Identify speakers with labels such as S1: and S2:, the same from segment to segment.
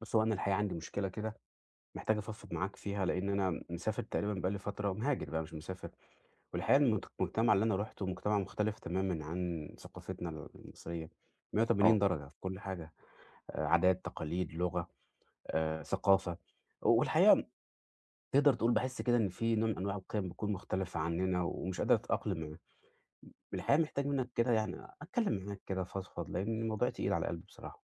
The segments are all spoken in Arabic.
S1: بُص، هو أنا الحقيقة عندي مشكلة كده، محتاج أفضفض معاك فيها، لإن أنا مسافر تقريبًا بقى لي فترة مهاجر بقى مش مسافر، والحقيقة المجتمع اللي أنا رُحته مجتمع مختلف تمامًا عن ثقافتنا المصرية 180
S2: آه،
S1: درجة في كل حاجة، عادات، تقاليد، لغة، ثقافة، والحقيقة تقدر تقول باحس كده إن في نوع من أنواع القيم بتكون مختلفة عننا ومش قادر أتأقلم معاها. الحقيقة محتاج منك كده يعني أتكلم معاك كده أفضفض، لإن الموضوع تقيل على قلبي بصراحة.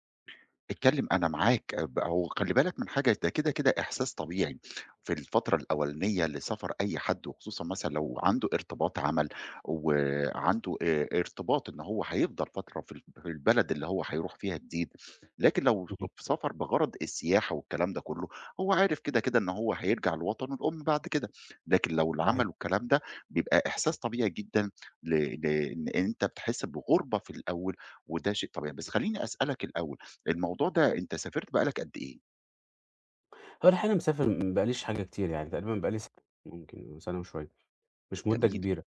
S2: اتكلم أنا معاك. هو خلّي بالك من حاجة، ده كده إحساس طبيعي في الفترة الأولانية لسفر أي حد، وخصوصًا مثلًا لو عنده ارتباط عمل وعنده ارتباط إن هو هيفضل فترة في ال في البلد اللي هو هيروح فيها جديد، لكن لو
S1: اهم.
S2: في سفر بغرض السياحة والكلام ده كله، هو عارف كده إن هو هيرجع لوطنه الأم بعد كده. لكن لو العمل والكلام ده بيبقى إحساس طبيعي جدًا ل ل إن أنت بتحس بغربة في الأول، وده شيء طبيعي. بس خلّيني أسألك الأول، الموضوع ده أنت سافرت بقى لك قد إيه؟
S1: هو الحقيقة أنا مسافر ما بقاليش حاجة كتير، يعني تقريبًا بقى لي سنة ممكن سنة وشوية، مش مدة
S2: جميل.
S1: كبيرة،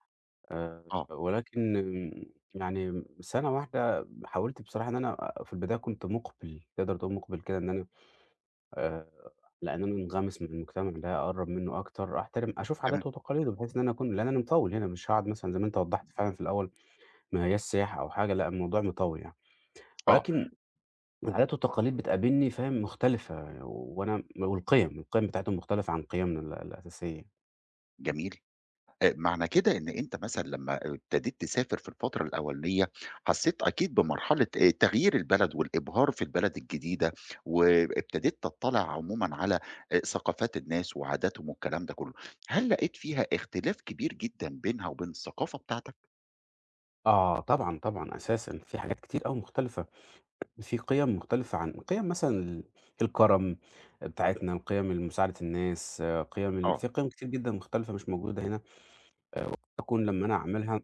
S2: آه.
S1: ولكن يعني سنة واحدة حاولت بصراحة إن أنا في البداية كنت مُقبِل، تقدر تقول مُقبِل كده إن أنا آآ، لإن أنا منغمس مع المجتمع ده، أقرّب منه أكتر، أحترم أشوف
S2: تمام.
S1: عاداته وتقاليده، بحيث إن أنا أكون لإن أنا مطوِّل هنا، مش هاقعد مثلًا زي ما أنت وضّحت فعلًا في الأول، ما هياش سياحة أو حاجة، لأ الموضوع مطوِّل يعني،
S2: آه.
S1: ولكن العادات والتقاليد بتقابلني فاهم مختلفة، وأنا والقِيَم، القِيَم بتاعتهم مختلفة عن قيمنا الأساسية.
S2: جميل. معنى كده إن أنت مثلًا لمّا ابتديت تسافر في الفترة الأولانية، حسيت أكيد بمرحلة تغيير البلد والإبهار في البلد الجديدة، وابتديت تطّلع عمومًا على ثقافات الناس وعاداتهم والكلام ده كله. هل لقيت فيها اختلاف كبير جدًا بينها وبين الثقافة بتاعتك؟
S1: آه طبعًا، طبعًا أساسًا، في حاجات كتير أوي مختلفة، في قِيَم مختلفة عن قِيَم مثلًا الكرم بتاعتنا، القِيَم المساعدة الناس، آه، قِيَم
S2: آه.
S1: في قِيَم كتير جدًا مختلفة مش موجودة هنا، تكون لمّا أنا أعملها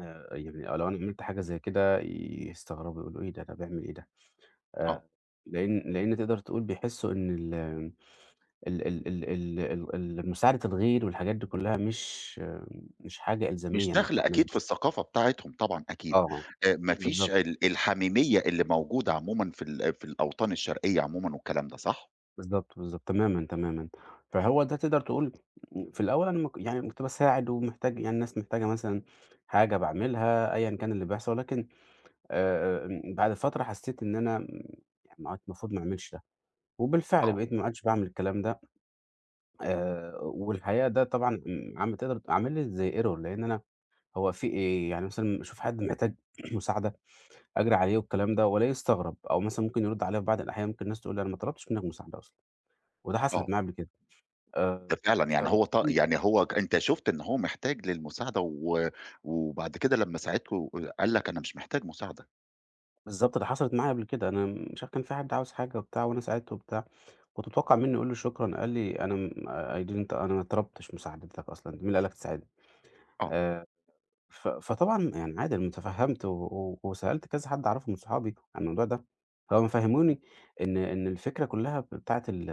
S1: يعني لو أنا عملت حاجة زي كده يستغربوا يقولوا إيه ده، ده بيعمل إيه ده؟
S2: آه.
S1: آآ لإن تقدر تقول بيحسّوا إن ال ال ال ال ال ال مساعدة الغير والحاجات دي كُلّها مش حاجة
S2: مش
S1: إلزامية إنّك
S2: داخلة
S1: تعملها
S2: أكيد في
S1: أصلًا.
S2: الثقافة بتاعتهم طبعًا أكيد.
S1: آه،
S2: ما فيش
S1: بالضبط.
S2: الحميمية اللي موجودة عمومًا في ال في الأوطان الشرقية عمومًا والكلام ده صح؟
S1: بالضبط، بالضبط، تمامًا، تمامًا. فهو ده تقدر تقول في الأول أنا ما ك يعني كنت باساعد ومحتاج يعني الناس محتاجة مثلًا حاجة باعملها أيًا كان اللي بيحصل، ولكن آمم، بعد فترة حسيت إن أنا يعني ما عد المفروض ما أعملش ده، وبالفعل
S2: آه.
S1: بقيت ما عدتش باعمل الكلام ده، والحقيقة ده طبعًا عم تقدر عامل لي زي error لأن أنا هو في إيه؟ يعني مثلًا أشوف حد محتاج مساعدة أجري عليه والكلام ده، وألاقيه استغرب، أو مثلًا ممكن يرد عليَّ في بعض الأحيان ممكن الناس تقول لي أنا ما طلبتش منك مساعدة أصلًا، وده حصلت
S2: آه،
S1: معايا قبل كده.
S2: ده
S1: آآ،
S2: فعلًا يعني هو ط
S1: فبالتالي
S2: يعني هو ك أنت شُفت إن هو محتاج للمساعدة، و وبعد كده لمّا ساعدته قال لك أنا مش محتاج مساعدة.
S1: بالضبط، ده حصلت معايا قبل كده، أنا مش عارف كان في حد عاوز حاجة وبتاع وأنا ساعدته وبتاع، كنت متوقع منه يقول لي شكرًا، قال لي: "أنا م I didn't أنا ما طلبتش مساعدتك أصلًا، مين اللي قال لك تساعدني؟"
S2: آه.
S1: آآ ف فطبعًا يعني عادي أنا تفهّمت و و وسألت كذا حد أعرفه من صحابي عن الموضوع ده، فهُم فهّموني إن الفكرة كلّها بتاعة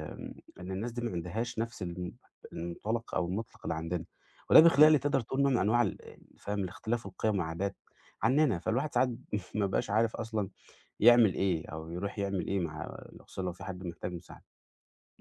S1: إن الناس دي ما عندهاش نفس المنطلق أو المطلق اللي عندنا، وده بيخلق
S2: إمم.
S1: لي تقدر تقول نوع من أنواع فاهم الاختلاف القيم والعادات عنّنا، فالواحد ساعات ما بيبقاش عارف أصلًا يعمل إيه أو يروح يعمل إيه مع خصوصًا لو في حد محتاج مساعدة.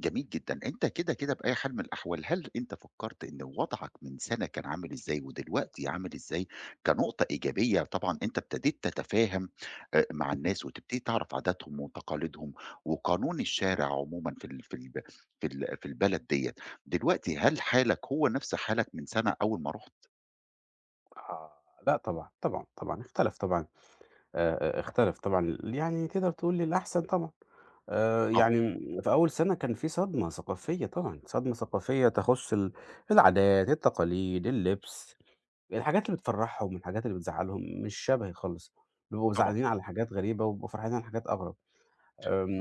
S2: جميل جدًا. أنت كده بأي حال من الأحوال، هل أنت فكّرت إن وضعك من سَنة كان عامل إزاي ودلوقتي عامل إزاي كنقطة إيجابية؟ طبعًا أنت ابتديت تتفاهم مع
S1: اهم.
S2: الناس وتبتدي تعرف عاداتهم وتقاليدهم وقانون الشارع عمومًا في ال في الب في ال في البلد ديّة. دلوقتي هل حالك هو نفس حالك من سَنة أول ما رُحت؟
S1: آه، لأ طبعًا، طبعًا، طبعًا اختلف طبعًا. اختلف طبعًا، يعني تقدر تقول للأحسن طبعًا،
S2: آه.
S1: يعني في أول سنة كان في صدمة ثقافية طبعًا، صدمة ثقافية تخُص العادات، التقاليد، اللبس، الحاجات اللي بتفرّحهم والحاجات اللي بتزعّلهم مش شبهي خالص، بيبقوا
S2: طبعًا.
S1: زعلانين على حاجات غريبة وبيبقوا فرحانين على حاجات أغرب،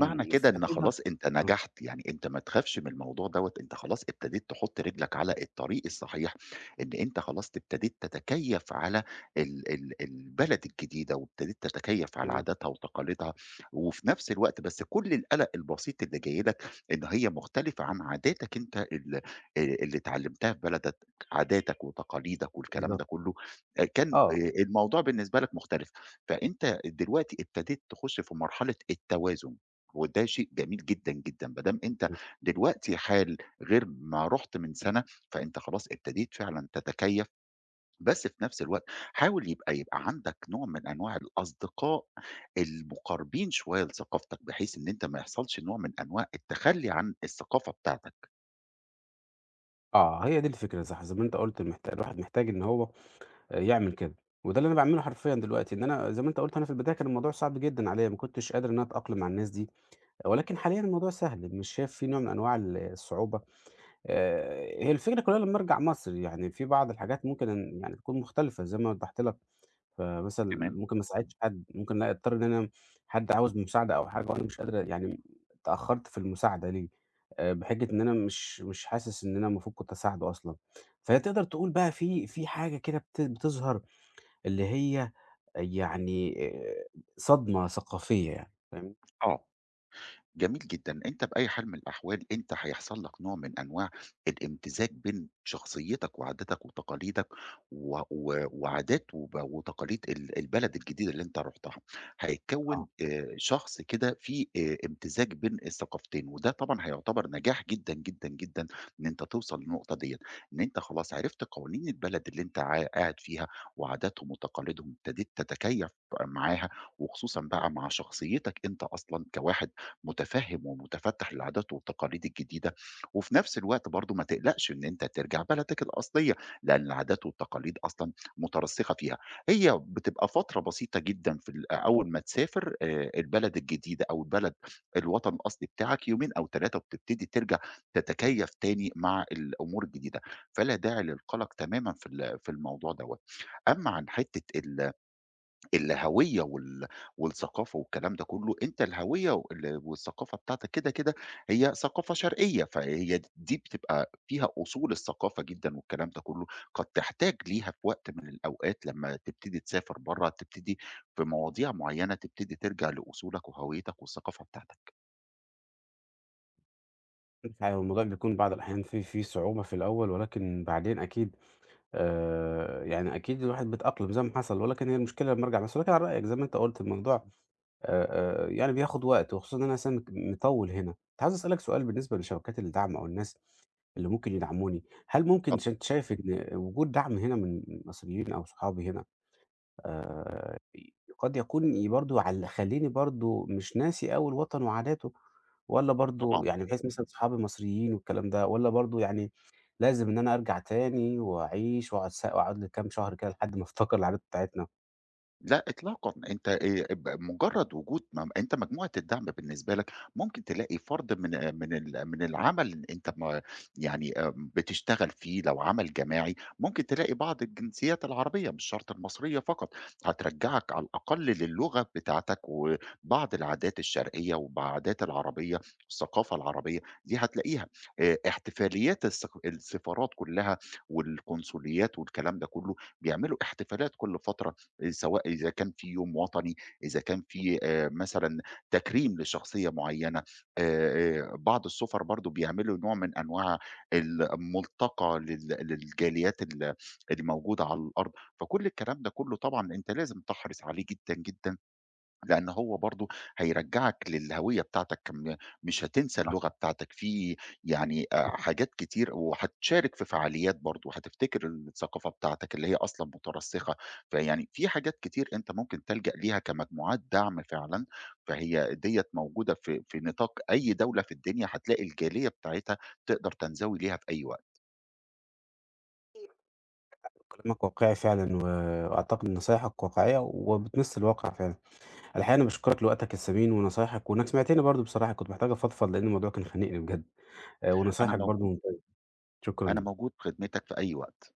S2: معنى كده إن
S1: فتقدر
S2: خلاص أنت نجحت، يعني أنت ما تخافش من الموضوع دوّة، أنت خلاص ابتديت تحُط رجلك على الطريق الصحيح، إن أنت خلاص ابتديت تتكيّف على ال البلد الجديدة وابتديت تتكيّف على
S1: آه،
S2: عاداتها وتقاليدها، وفي نفس الوقت بس كل القلق البسيط اللي جاي لك إن هي مختلفة عن عاداتك أنت ال اللي اتعلّمتها في بلدك، عاداتك وتقاليدك والكلام
S1: بالضبط،
S2: ده كُلّه، كان
S1: آه،
S2: الموضوع بالنسبة لك مختلف، فأنت دلوقتي ابتديت تخُش في مرحلة التوازن. وده شيء جميل جدًا، جدًا، ما دام أنت دلوقتي حال غير ما رُحت من سَنة، فأنت خلاص ابتديت فعلًا تتكيّف، بس في نفس الوقت حاول يبقى عندك نوع من أنواع الأصدقاء المُقاربين شوية لثقافتك، بحيث إن أنت ما يحصلش نوع من أنواع التخلّي عن الثقافة بتاعتك،
S1: آه، هي دي الفكرة صح، زي ما أنت قُلت الواحد محتاج إن هو يعمل كده، وده اللي أنا باعمله حرفيًا دلوقتي، إن أنا زي ما أنت قُلت أنا في البداية كان الموضوع صعب جدًا عليّا، ما كنتش قادر إن أنا أتأقلم مع الناس دي، ولكن حاليًا الموضوع سهل، مش شايف فيه نوع من أنواع الصعوبة، هي الفكرة كلها لمّا أرجع مصر، يعني في بعض الحاجات ممكن إن يعني تكون مختلفة زي ما وضّحت لك، فمثلًا
S2: تمام؟
S1: ممكن ما اساعدش حد، ممكن لأ أضطر إن أنا حد عاوز مساعدة أو حاجة وأنا مش قادر يعني اتأخرت في المساعدة ليه، بحجة إن أنا مش حاسس إن أنا المفروض كنت أساعده أصلًا، فهي تقدر تقول بقى في حاجة كده بتظهر اللي هي يعني صدمة ثقافية يعني، فاهمني؟
S2: آه. جميل جدًا، أنت بأي حال من الأحوال أنت هيحصل لك نوع من أنواع الامتزاج بين شخصيتك وعاداتك وتقاليدك و و وعادات وتقاليد البلد الجديدة اللي أنت رُحتها، هيتكوّن
S1: آه.
S2: شخص كده فيه امتزاج بين الثقافتين، وده طبعًا هيعتبر نجاح جدًا، جدًا، جدًا، إن أنت توصل للنقطة ديّة، إن أنت خلاص عرفت قوانين البلد اللي أنت قاعد فيها وعاداتهم وتقاليدهم، ابتديت تتكيّف معاها وخصوصًا بقى مع شخصيتك أنت أصلًا كواحد متفهم ومتفتح للعادات والتقاليد الجديده، وفي نفس الوقت برضو ما تقلقش ان انت ترجع بلدك الاصليه، لان العادات والتقاليد اصلا مترسخه فيها. هي بتبقى فتره بسيطه جدا في اول ما تسافر، البلد الجديده او الوطن الاصلي بتاعك، يومين او ثلاثه، وبتبتدي ترجع تتكيف تاني مع الامور الجديده، فلا داعي للقلق تماما في في الموضوع دوت. اما عن حته الهوية والثقافة والكلام ده كله، أنت الهوية والثقافة بتاعتك كده هي ثقافة شرقية، فهي دي بتبقى فيها أصول الثقافة جدًا والكلام ده كله، قد تحتاج ليها في وقت من الأوقات لمّا تبتدي تسافر برّه، تبتدي في مواضيع معيّنة تبتدي ترجع لأصولك وهويتك والثقافة بتاعتك.
S1: فالموضوع بيكون بعض الأحيان في صعوبة في الأول، ولكن بعدين أكيد يعني أكيد الواحد بيتأقلم زي ما حصل، ولكن هي المشكلة لمّا أرجع مصر. ولكن على رأيك زي ما أنت قُلت الموضوع يعني بياخد وقت، وخصوصًا إن أنا أساسًا مطوّل هنا. كنت عاوز أسألك سؤال بالنسبة لشبكات الدعم أو الناس اللي ممكن يدعموني، هل ممكن
S2: اتفضل.
S1: ش أنت شايف إن وجود دعم هنا من مصريين أو صحابي هنا آآ قد يكون برضه خلّيني برضه مش ناسي أوي الوطن وعاداته، والّا برضه
S2: طبعًا.
S1: يعني بحيث مثلًا صحابي مصريين والكلام ده، والّا برضه يعني لازم إن أنا أرجع تاني وأعيش وأقعد لي كام شهر كده لحد ما أفتكر العادات بتاعتنا؟
S2: لأ إطلاقًا، أنت ب مجرد وجود أنت مجموعة الدعم بالنسبة لك ممكن تلاقي فرد من العمل اللي أنت ما يعني بتشتغل فيه لو عمل جماعي، ممكن تلاقي بعض الجنسيات العربية مش شرط المصرية فقط، هترجّعك على الأقل للغة بتاعتك وبعض العادات الشرقية وبعادات العربية، الثقافة العربية دي هتلاقيها. احتفاليات السفارات كلها والقنصليات والكلام ده كله، بيعملوا احتفالات كل فترة سواء إذا كان في يوم وطني، إذا كان في مثلًا تكريم لشخصية معيّنة، بعض السُفَر برضه بيعملوا نوع من أنواع الملتقى للجاليات اللي موجودة على الأرض، فكل الكلام ده كُلّه طبعًا أنت لازم تحرِص عليه جدًا، جدًا. لأن هو برضه هيرجّعك للهوية بتاعتك، مش هتنسى
S1: صح،
S2: اللغة بتاعتك، في يعني حاجات كتير وهتشارك في فعاليات برضه، هتفتكر الثقافة بتاعتك اللي هي أصلًا مترسخة، فيعني في حاجات كتير أنت ممكن تلجأ ليها كمجموعات دعم فعلًا، فهي ديّة موجودة في نطاق أي دولة في الدنيا، هتلاقي الجالية بتاعتها تقدر تنزوي ليها في أي وقت.
S1: كلامك واقعي فعلًا، وأعتقد ان نصايحك واقعية وبتمس الواقع فعلًا. الحقيقة أنا باشكرك لوقتك الثمين ونصايحك، وإنك سمعتني برضه بصراحة، كنت محتاج أفضفض لإن الموضوع كان خانقني بجد،
S2: أنا
S1: ونصايحك برضه
S2: موجود.
S1: ممتازة، شكرًا.
S2: أنا موجود في خدمتك في أي وقت.